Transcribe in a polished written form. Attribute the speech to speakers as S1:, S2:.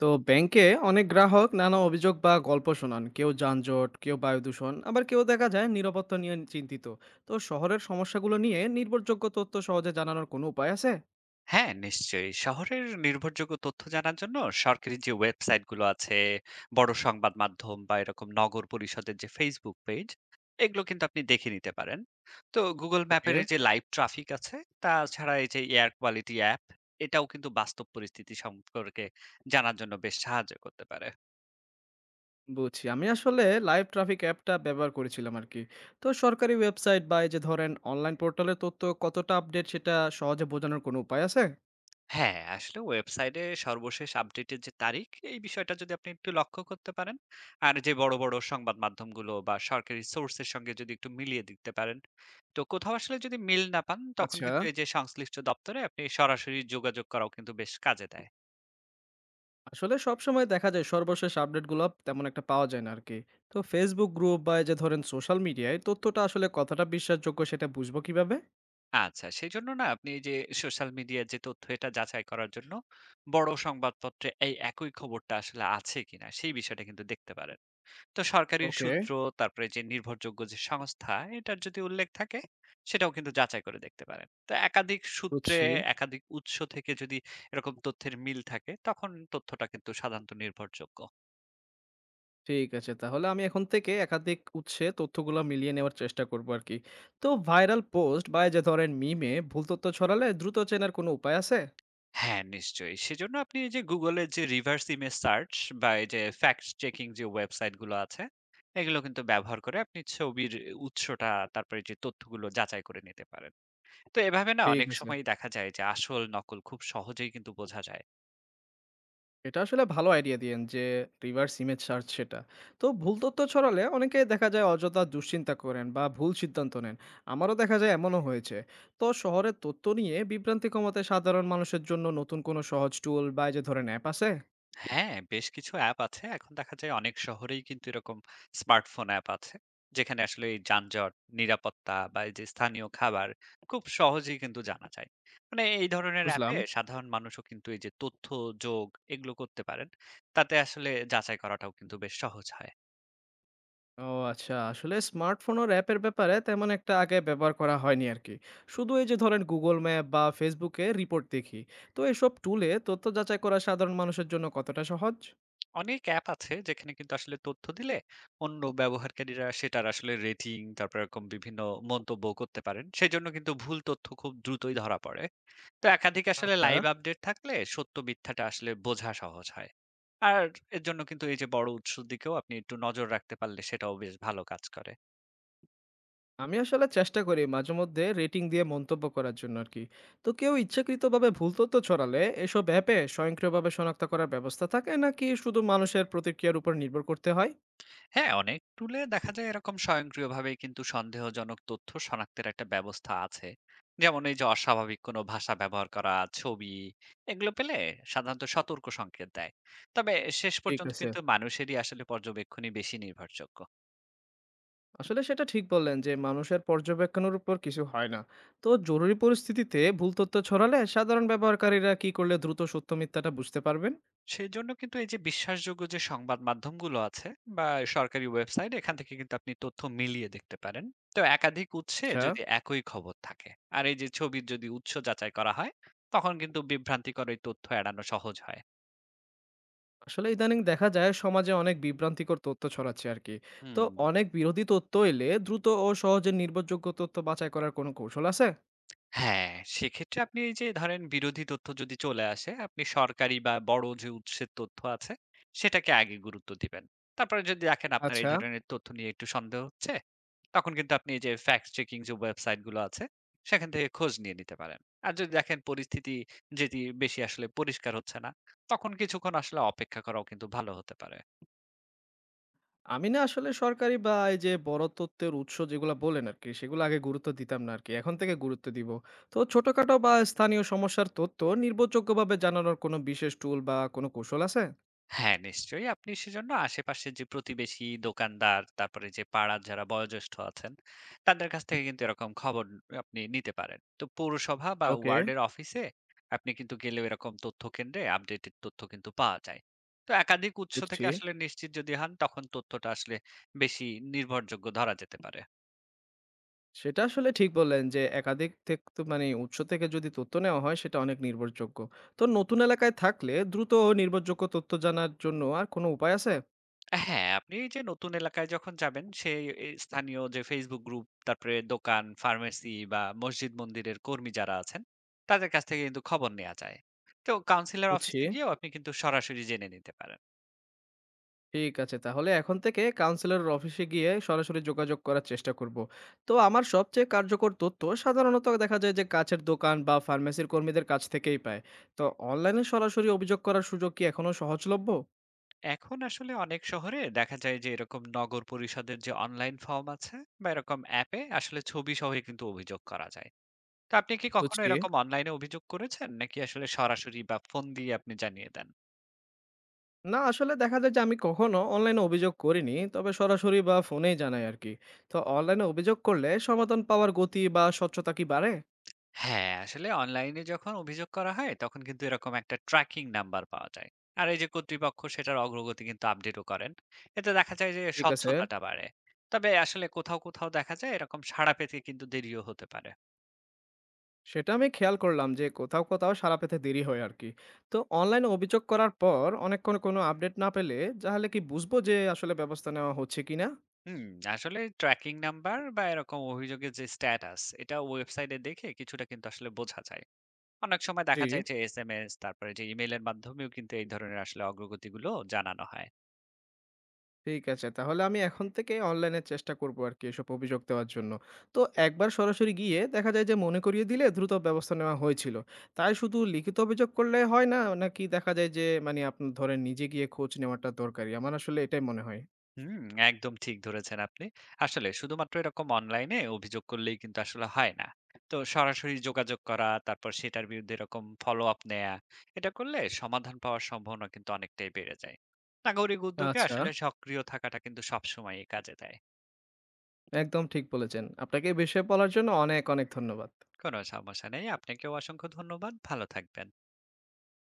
S1: তো ব্যাংকে অনেক গ্রাহক নানা অভিযোগ বা গল্প শোনান। কেউ যানজট, কেউ বায়ু দূষণ, আবার কেউ দেখা যায় নিরাপত্তা নিয়ে চিন্তিত। তো শহরের সমস্যাগুলো নিয়ে নির্ভরযোগ্য তথ্য সহজে জানানোর কোনো উপায় আছে?
S2: হ্যাঁ, নিশ্চয়ই। শহরের নির্ভরযোগ্য তথ্য জানার জন্য সরকারি যে ওয়েবসাইটগুলো আছে, বড় সংবাদ মাধ্যম বা এরকম নগর পরিষদের যে Facebook পেজ, এগুলো কিন্তু আপনি দেখে নিতে পারেন। তো Google
S1: ওকে।
S2: ম্যাপের এই যে লাইভ ট্রাফিক আছে, তাছাড়া এই যে এয়ার কোয়ালিটি অ্যাপ, এটাও কিন্তু বাস্তব পরিস্থিতি সম্পর্কে জানার জন্য বেশ সাহায্য করতে পারে।
S1: বুঝছি, আমি আসলে লাইভ ট্রাফিক অ্যাপটা ব্যবহার করেছিলাম আর কি। তো সরকারি ওয়েবসাইট বা এই যে ধরেন অনলাইন পোর্টালের তথ্য কতটা আপডেট সেটা সহজে বোঝানোর কোনো উপায় আছে?
S2: হ্যাঁ, আসলে ওয়েবসাইটে সর্বশেষ আপডেটের যে তারিখ, এই বিষয়টা যদি আপনি একটু লক্ষ্য করতে পারেন, আর যে বড় সংবাদ মাধ্যমগুলো বা সরকারি সোর্সের সঙ্গে যদি একটু মিলিয়ে দিতে পারেন তো কোথাও আসলে যদি মিল না পান, তখন
S1: আচ্ছা,
S2: কিন্তু এই যে সংশ্লিষ্ট দপ্তরে আপনি সরাসরি যোগাযোগ করাও কিন্তু বেশ কাজে দেয়।
S1: আসলে সবসময় দেখা যায় সর্বশেষ আপডেটগুলো তেমন একটা পাওয়া যায় না আর কি। তো ফেসবুক গ্রুপ বা এই যে ধরেন সোশ্যাল মিডিয়ায় তথ্যটা আসলে কতটা বিশ্বাসযোগ্য সেটা বুঝবো কিভাবে?
S2: আচ্ছা, সেজন্য না আপনি এই যে সোশ্যাল মিডিয়ার যে তথ্য এটা যাচাই করার জন্য বড় সংবাদপত্রে এই একই খবরটা আসলে আছে কিনা সেই বিষয়টা কিন্তু দেখতে পারেন। তো সরকারি
S1: ওকে।
S2: সূত্র, তারপরে যে নির্ভরযোগ্য যে সংস্থা এটার যদি উল্লেখ থাকে সেটাও কিন্তু যাচাই করে দেখতে পারেন। তো একাধিক সূত্রে,
S1: বুঝছি।
S2: একাধিক উৎস থেকে যদি এরকম তথ্যের মিল থাকে তখন তথ্যটা কিন্তু সাধারণত নির্ভরযোগ্য।
S1: ঠিক আছে, তাহলে আমি এখন থেকে একাধিক উৎসে তথ্যগুলো মিলিয়ে নেওয়ার চেষ্টা করব আর কি। তো ভাইরাল পোস্ট বা এই যে ধরেন মিমে ভুল তথ্য ছড়ালে দ্রুত চেনার কোনো উপায় আছে?
S2: হ্যাঁ, নিশ্চয়ই। সেজন্য আপনি এই যে Google এর যে reverse image search বা এই যে fact checking যে ওয়েবসাইট গুলো আছে, এগুলো কিন্তু ব্যবহার করে আপনি ছবির উৎসটা, তারপরে যে তথ্যগুলো যাচাই করে নিতে পারেন। তো এভাবে না
S1: ঠিক
S2: অনেক
S1: আছে,
S2: সময়ই দেখা যায় যে আসল নকল খুব সহজেই কিন্তু বোঝা যায়।
S1: এটা আসলে ভালো আইডিয়া দিয়েন যে রিভার্স ইমেজ সার্চ সেটা। তো ভুল তথ্য ছড়ালে অনেকেই দেখা যায় অযথা দুশ্চিন্তা করেন বা ভুল সিদ্ধান্ত নেন। আমারও দেখা যায় এমনও হয়েছে। তো শহরের তথ্য নিয়ে বিভ্রান্তি কমাতে সাধারণ মানুষের জন্য নতুন কোনো সহজ টুল বা এই যে ধরেন অ্যাপ আছে?
S2: হ্যাঁ, বেশ কিছু অ্যাপ আছে। এখন দেখা যায় অনেক শহরেই কিন্তু এরকম স্মার্টফোন অ্যাপ আছে। যেখানে আসলে এই যানজট, নিরাপত্তা বা এই যে স্থানীয় খাবার খুব সহজেই কিন্তু জানা যায়। মানে এই ধরনের অ্যাপে
S1: বুঝলাম।
S2: সাধারণ মানুষও কিন্তু এই যে তথ্য যোগ এগুলো করতে পারেন। তাতে আসলে যাচাই করাটাও কিন্তু বেশ সহজ হয়।
S1: ও আচ্ছা, আসলে স্মার্টফোন আর অ্যাপের ব্যাপারে তেমন একটা আগে ব্যবহার করা হয়নি আর কি। শুধু এই যে ধরেন গুগল ম্যাপ বা ফেসবুকে রিপোর্ট দেখি। তো এসব টুলে তথ্য যাচাই করা সাধারণ মানুষের জন্য কতটা সহজ?
S2: অনেক অ্যাপ আছে যেখানে কিন্তু আসলে তথ্য দিলে অন্য ব্যবহারকারীরা সেটার আসলে রেটিং তারপর এরকম বিভিন্ন মন্তব্য করতে পারেন। সেজন্য কিন্তু ভুল তথ্য খুব দ্রুতই ধরা পড়ে। তো একাধিক আসলে
S1: আচ্ছা।
S2: লাইভ আপডেট থাকলে সত্য মিথ্যাটা আসলে বোঝা সহজ হয়। আর এর জন্য কিন্তু এই যে বড় উৎসের দিকেও আপনি একটু নজর রাখতে পারলে সেটাও বেশ ভালো কাজ করে।
S1: আমি আসলে চেষ্টা করি মাঝে মধ্যে রেটিং দিয়ে মন্তব্য করার জন্য আর কি। তো কেউ ইচ্ছাকৃতভাবে ভুল তথ্য ছড়ালে এসব অ্যাপে স্বয়ংক্রিয়ভাবে শনাক্ত করার ব্যবস্থা থাকে, নাকি শুধু মানুষের প্রতিক্রিয়ার উপর নির্ভর করতে হয়?
S2: হ্যাঁ, অনেক টুলে দেখা যায় এরকম স্বয়ংক্রিয়ভাবে কিন্তু সন্দেহজনক তথ্য শনাক্তের একটা ব্যবস্থা আছে। যেমন এই যে অস্বাভাবিক কোনো ভাষা ব্যবহার করা, ছবি, এগুলো পেলে সাধারণত সতর্ক সংকেত দেয়। তবে শেষ
S1: ঠিক
S2: পর্যন্ত
S1: আছে।
S2: কিন্তু মানুষেরই আসলে পর্যবেক্ষণই বেশি নির্ভরযোগ্য।
S1: আসলে সেটা ঠিক বললেন যে মানুষের পর্যবেক্ষণের উপর কিছু হয় না। তো জরুরি পরিস্থিতিতে ভুল তথ্য ছড়ালে সাধারণ ব্যবহারকারীরা কি করলে দ্রুত সত্য মিথ্যাটা বুঝতে পারবেন?
S2: সেজন্য কিন্তু এই যে বিশ্বাসযোগ্য যে সংবাদ মাধ্যমগুলো আছে বা সরকারি ওয়েবসাইট এখান থেকে কিন্তু আপনি তথ্য মিলিয়ে দেখতে পারেন। তো একাধিক উৎসে
S1: আচ্ছা।
S2: যদি একই খবর থাকে আর এই যে ছবির যদি উৎস যাচাই করা হয় তখন কিন্তু বিভ্রান্তিকর এই তথ্য এড়ানো সহজ হয়।
S1: আসলে ইদানিং দেখা যায় সমাজে অনেক বিভ্রান্তিকর তথ্য ছড়াচ্ছে আর কি। তো
S2: হুম।
S1: অনেক বিরোধী তথ্য এলে দ্রুত ও সহজে নির্ভরযোগ্য তথ্য বাছাই করার কোনো কৌশল আছে?
S2: হ্যাঁ, সেক্ষেত্রে আপনি এই যে ধরেন বিরোধী তথ্য যদি চলে আসে, আপনি সরকারি বা বড় যে উৎসের তথ্য আছে, সেটাকে আগে গুরুত্ব দিবেন। তারপরে যদি দেখেন আপনার এই
S1: আচ্ছা।
S2: ধরনের তথ্য নিয়ে একটু সন্দেহ হচ্ছে, তখন কিন্তু আপনি এই যে ফ্যাক্ট চেকিং যে ওয়েবসাইট গুলো আছে, সেখান থেকে খোঁজ নিয়ে নিতে পারেন। আর যদি দেখেন পরিস্থিতি যেটি বেশি আসলে পরিষ্কার হচ্ছে না, তখন কিছুক্ষণ আসলে অপেক্ষা করাও কিন্তু ভালো হতে পারে।
S1: আমি না আসলে সরকারি বা এই যে বড় তথ্যের উৎস যেগুলো বলেন আর কি, সেগুলো আগে গুরুত্ব দিতাম না আর কি, এখন থেকে গুরুত্ব দিব। তো ছোটখাটো বা স্থানীয় সমস্যার তথ্য নির্ভরযোগ্যভাবে জানানোর কোনো বিশেষ টুল বা কোনো কৌশল আছে?
S2: হ্যাঁ, নিশ্চয়ই। আপনি সেজন্য আশেপাশে যে প্রতিবেশী, দোকানদার, তারপরে যে পাড়ার যারা বয়োজ্যেষ্ঠ আছেন, তাদের কাছ থেকে কিন্তু এরকম খবর আপনি নিতে পারেন। তো পৌরসভা বা
S1: ওকে।
S2: ওয়ার্ডের অফিসে আপনি কিন্তু গেলেও এরকম তথ্য কেন্দ্রে আপডেটেড তথ্য কিন্তু পাওয়া যায়। তো একাধিক উৎস থেকে
S1: বুঝছি।
S2: আসলে নিশ্চিত যদি হন, তখন তথ্যটা আসলে বেশি নির্ভরযোগ্য ধরা যেতে পারে।
S1: সেটা আসলে ঠিক বললেন যে একাধিক থেক তো মানে উৎস থেকে যদি তথ্য নেওয়া হয় সেটা অনেক নির্ভরযোগ্য। তো নতুন এলাকায় থাকলে দ্রুত ও নির্ভরযোগ্য তথ্য জানার জন্য আর কোনো উপায় আছে?
S2: হ্যাঁ, আপনি এই যে নতুন এলাকায় যখন যাবেন, সেই এই স্থানীয় যে Facebook গ্রুপ, তারপরে দোকান, ফার্মেসি বা মসজিদ মন্দিরের কর্মী যারা আছেন, তাদের কাছ থেকে কিন্তু খবর নেওয়া যায়। তো কাউন্সিলর
S1: বুঝছি।
S2: অফিসে গিয়েও আপনি কিন্তু সরাসরি জেনে নিতে পারেন।
S1: ঠিক আছে, তাহলে এখন থেকে কাউন্সিলরের অফিসে গিয়ে সরাসরি যোগাযোগ করার চেষ্টা করব। তো আমার সবচেয়ে কার্যকর তথ্য সাধারণত দেখা যায় যে কাছের দোকান বা ফার্মেসির কর্মীদের কাছ থেকেই পায়। তো অনলাইনে সরাসরি অভিযোগ করার সুযোগ কি এখনো সহজলভ্য?
S2: এখন আসলে অনেক শহরে দেখা যায় যে এরকম নগর পরিষদের যে অনলাইন ফর্ম আছে বা এরকম অ্যাপে আসলে ছবি সহই কিন্তু অভিযোগ করা যায়। তো আপনি কি কখনো
S1: বুঝছি।
S2: এরকম অনলাইনে অভিযোগ করেছেন? নাকি আসলে সরাসরি বা ফোন দিয়ে আপনি জানিয়ে দেন?
S1: না আসলে দেখা যায় যে আমি কখনো অনলাইনে অভিযোগ করিনি, তবে সরাসরি বা ফোনেই জানাই আরকি। তো অনলাইনে অভিযোগ করলে সমাধান পাওয়ার গতি বা স্বচ্ছতা কি বাড়ে?
S2: হ্যাঁ, আসলে অনলাইনে যখন অভিযোগ করা হয় তখন কিন্তু এরকম একটা ট্র্যাকিং নাম্বার পাওয়া যায়। আর এই যে কর্তৃপক্ষ সেটার অগ্রগতি কিন্তু আপডেটও করেন। এতে দেখা যায় যে
S1: ঠিক আছে।
S2: স্বচ্ছতাটা বাড়ে। তবে আসলে কোথাও দেখা যায় এরকম সাড়া পেতে কিন্তু দেরিও হতে পারে।
S1: সেটা আমি খেয়াল করলাম যে কোথাও, কোথাও সাড়া পেতে দেরি হয় আরকি। তো অনলাইনে অভিযোগ করার পর অনেকক্ষণ কোনো আপডেট না পেলে তাহলে কি বুঝবো যে আসলে ব্যবস্থা নেওয়া হচ্ছে কিনা?
S2: হুম, আসলে ট্র্যাকিং নাম্বার বা এরকম অভিযোগের যে স্ট্যাটাস এটা ওয়েবসাইটে দেখে কিছুটা কিন্তু আসলে বোঝা যায়। অনেক সময় দেখা
S1: জি।
S2: যায় যে এসএমএস তারপরে যে ইমেইলের মাধ্যমেও কিন্তু এই ধরনের আসলে অগ্রগতিগুলো জানানো হয়।
S1: ঠিক আছে, তাহলে আমি এখন থেকে অনলাইনে চেষ্টা করব আরকি এসব অভিযোগ দেওয়ার জন্য। তো একবার সরাসরি গিয়ে দেখা যায় যে মনে করিয়ে দিলে দ্রুত ব্যবস্থা নেওয়া হয়েছিল। তাই শুধু লিখিত অভিযোগ করলে হয় না? নাকি দেখা যায় যে মানে আপনি ধরেন নিজে গিয়ে খোঁজ নেওয়াটা দরকারি? আমার আসলে এটাই মনে হয়।
S2: হুম, একদম ঠিক ধরেছেন আপনি। আসলে শুধুমাত্র এরকম অনলাইনে অভিযোগ করলেই কিন্তু আসলে হয় না। তো সরাসরি যোগাযোগ করা, তারপর সেটার বিরুদ্ধে এরকম ফলো আপ নেয়া, এটা করলে সমাধান পাওয়ার সম্ভাবনা কিন্তু অনেকটাই বেড়ে যায়। নাগরিক উদ্যোগে
S1: আচ্ছা,
S2: আসলে সক্রিয় থাকাটা কিন্তু সবসময়ই কাজে দেয়।
S1: একদম ঠিক বলেছেন। আপনাকে এই বিষয়ে বলার জন্য অনেক, অনেক ধন্যবাদ।
S2: কোনো সমস্যা নেই। আপনাকেও অসংখ্য ধন্যবাদ। ভালো থাকবেন।